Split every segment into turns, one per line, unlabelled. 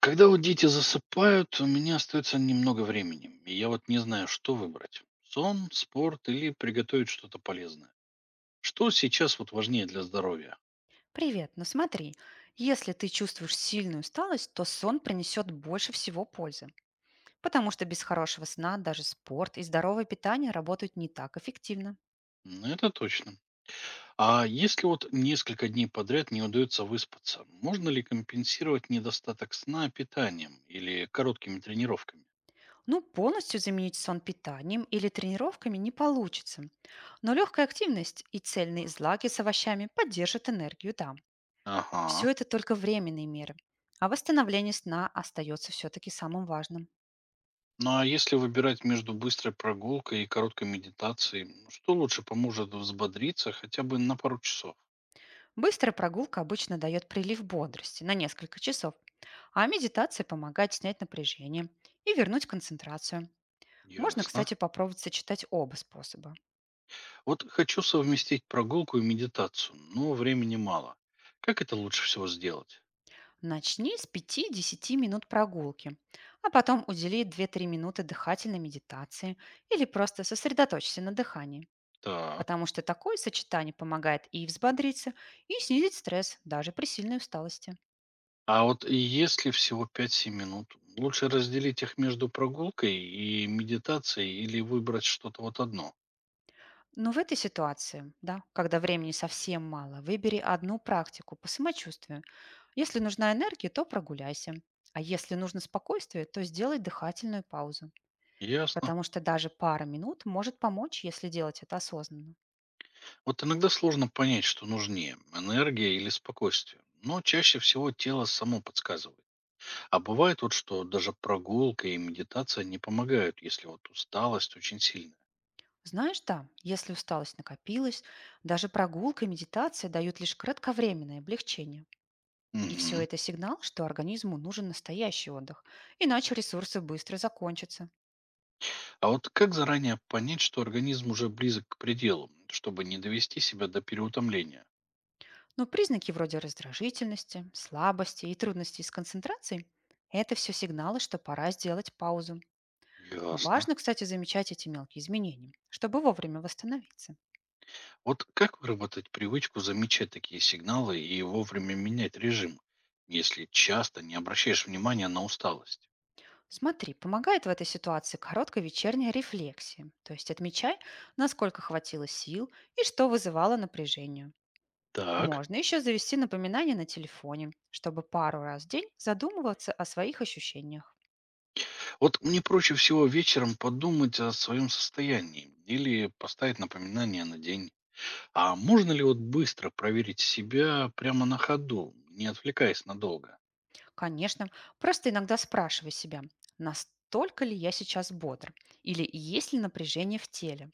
Когда вот дети засыпают, у меня остается немного времени. И я вот не знаю, что выбрать. Сон, спорт или приготовить что-то полезное. Что сейчас вот важнее для здоровья?
Привет, ну смотри, если ты чувствуешь сильную усталость, то сон принесет больше всего пользы, потому что без хорошего сна даже спорт и здоровое питание работают не так эффективно.
Это точно. А если вот несколько дней подряд не удается выспаться, можно ли компенсировать недостаток сна питанием или короткими тренировками?
Ну, полностью заменить сон питанием или тренировками не получится, но легкая активность и цельные злаки с овощами поддержат энергию, да.
Ага.
Все это только временные меры, а восстановление сна остается все-таки самым важным.
Ну а если выбирать между быстрой прогулкой и короткой медитацией, что лучше поможет взбодриться хотя бы на пару часов?
Быстрая прогулка обычно дает прилив бодрости на несколько часов, а медитация помогает снять напряжение и вернуть концентрацию. Можно,
Ясно.
кстати, попробовать сочетать оба способа.
Вот хочу совместить прогулку и медитацию, но времени мало. Как это лучше всего сделать?
Начни с пяти-десяти минут прогулки, а потом удели две-три минуты дыхательной медитации или просто сосредоточься на дыхании,
Так.
потому что такое сочетание помогает и взбодриться, и снизить стресс даже при сильной усталости.
А вот если всего пять 7 минут, лучше разделить их между прогулкой и медитацией или выбрать что-то вот одно?
Но в этой ситуации, да, когда времени совсем мало, выбери одну практику по самочувствию. Если нужна энергия, то прогуляйся. А если нужно спокойствие, то сделай дыхательную паузу.
Ясно.
Потому что даже пара минут может помочь, если делать это осознанно.
Вот иногда сложно понять, что нужнее, энергия или спокойствие. Но чаще всего тело само подсказывает. А бывает вот, что даже прогулка и медитация не помогают, если вот усталость очень сильная.
Знаешь, да, если усталость накопилась, даже прогулка и медитация дают лишь кратковременное облегчение. И все
Мгм.
это сигнал, что организму нужен настоящий отдых, иначе ресурсы быстро закончатся.
А вот как заранее понять, что организм уже близок к пределу, чтобы не довести себя до переутомления?
Но признаки вроде раздражительности, слабости и трудностей с концентрацией — это все сигналы, что пора сделать паузу.
Ясно.
Важно, кстати, замечать эти мелкие изменения, чтобы вовремя восстановиться.
Вот как выработать привычку замечать такие сигналы и вовремя менять режим, если часто не обращаешь внимания на усталость?
Смотри, помогает в этой ситуации короткая вечерняя рефлексия, то есть отмечай, насколько хватило сил и что вызывало напряжение.
Так.
Можно еще завести напоминание на телефоне, чтобы пару раз в день задумываться о своих ощущениях.
Вот мне проще всего вечером подумать о своем состоянии или поставить напоминание на день. А можно ли вот быстро проверить себя прямо на ходу, не отвлекаясь надолго?
Конечно. Просто иногда спрашивай себя, настолько ли я сейчас бодр или есть ли напряжение в теле.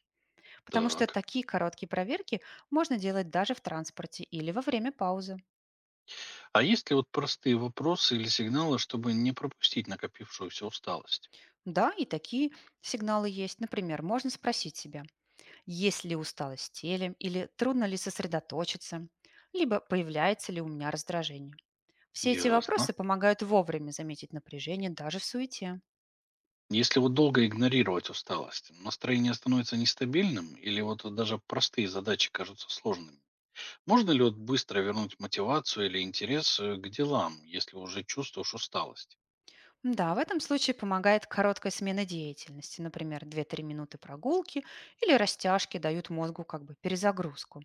Потому что
Так.
такие короткие проверки можно делать даже в транспорте или во время паузы.
А есть ли вот простые вопросы или сигналы, чтобы не пропустить накопившуюся усталость?
Да, и такие сигналы есть. Например, можно спросить себя, есть ли усталость в теле, или трудно ли сосредоточиться, либо появляется ли у меня раздражение. Все эти
Ясно.
вопросы помогают вовремя заметить напряжение даже в суете.
Если вот долго игнорировать усталость, настроение становится нестабильным или вот даже простые задачи кажутся сложными? Можно ли вот быстро вернуть мотивацию или интерес к делам, если уже чувствуешь усталость?
Да, в этом случае помогает короткая смена деятельности, например, две-три минуты прогулки или растяжки дают мозгу как бы перезагрузку.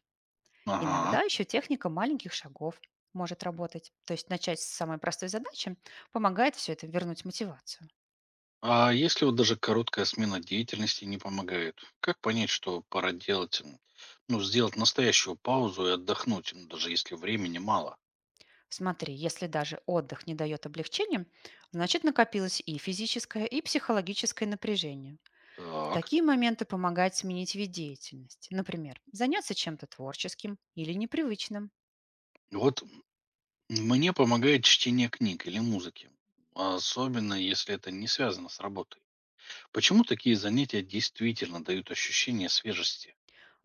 Ага.
Иногда еще техника маленьких шагов может работать. То есть начать с самой простой задачи помогает все это вернуть мотивацию.
А если вот даже короткая смена деятельности не помогает, как понять, что пора делать, ну, сделать настоящую паузу и отдохнуть, даже если времени мало?
Смотри, если даже отдых не дает облегчения, значит накопилось и физическое, и психологическое напряжение. В
Так.
такие моменты помогает сменить вид деятельности. Например, заняться чем-то творческим или непривычным.
Вот мне помогает чтение книг или музыки, особенно если это не связано с работой. Почему такие занятия действительно дают ощущение свежести?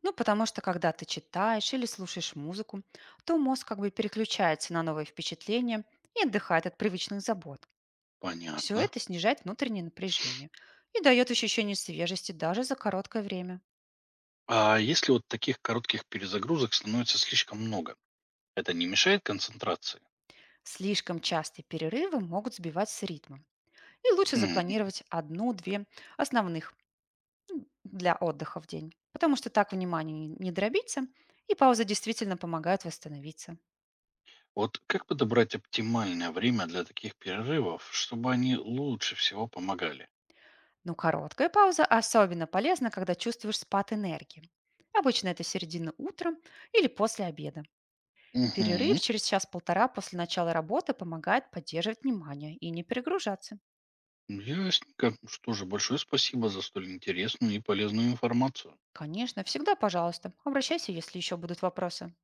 Ну, потому что когда ты читаешь или слушаешь музыку, то мозг как бы переключается на новые впечатления и отдыхает от привычных забот. Все
Понятно.
это снижает внутреннее напряжение и дает ощущение свежести даже за короткое время.
А если вот таких коротких перезагрузок становится слишком много, это не мешает концентрации?
Слишком частые перерывы могут сбивать с ритма. И лучше
М,
запланировать одну-две основных для отдыха в день, потому что так внимание не дробится, и пауза действительно помогает восстановиться.
Вот как подобрать оптимальное время для таких перерывов, чтобы они лучше всего помогали?
Но короткая пауза особенно полезна, когда чувствуешь спад энергии. Обычно это середина утра или после обеда. Перерыв
Угу.
через час-полтора после начала работы помогает поддерживать внимание и не перегружаться.
Ясненько. Что же, большое спасибо за столь интересную и полезную информацию.
Конечно, всегда, пожалуйста, обращайся, если еще будут вопросы.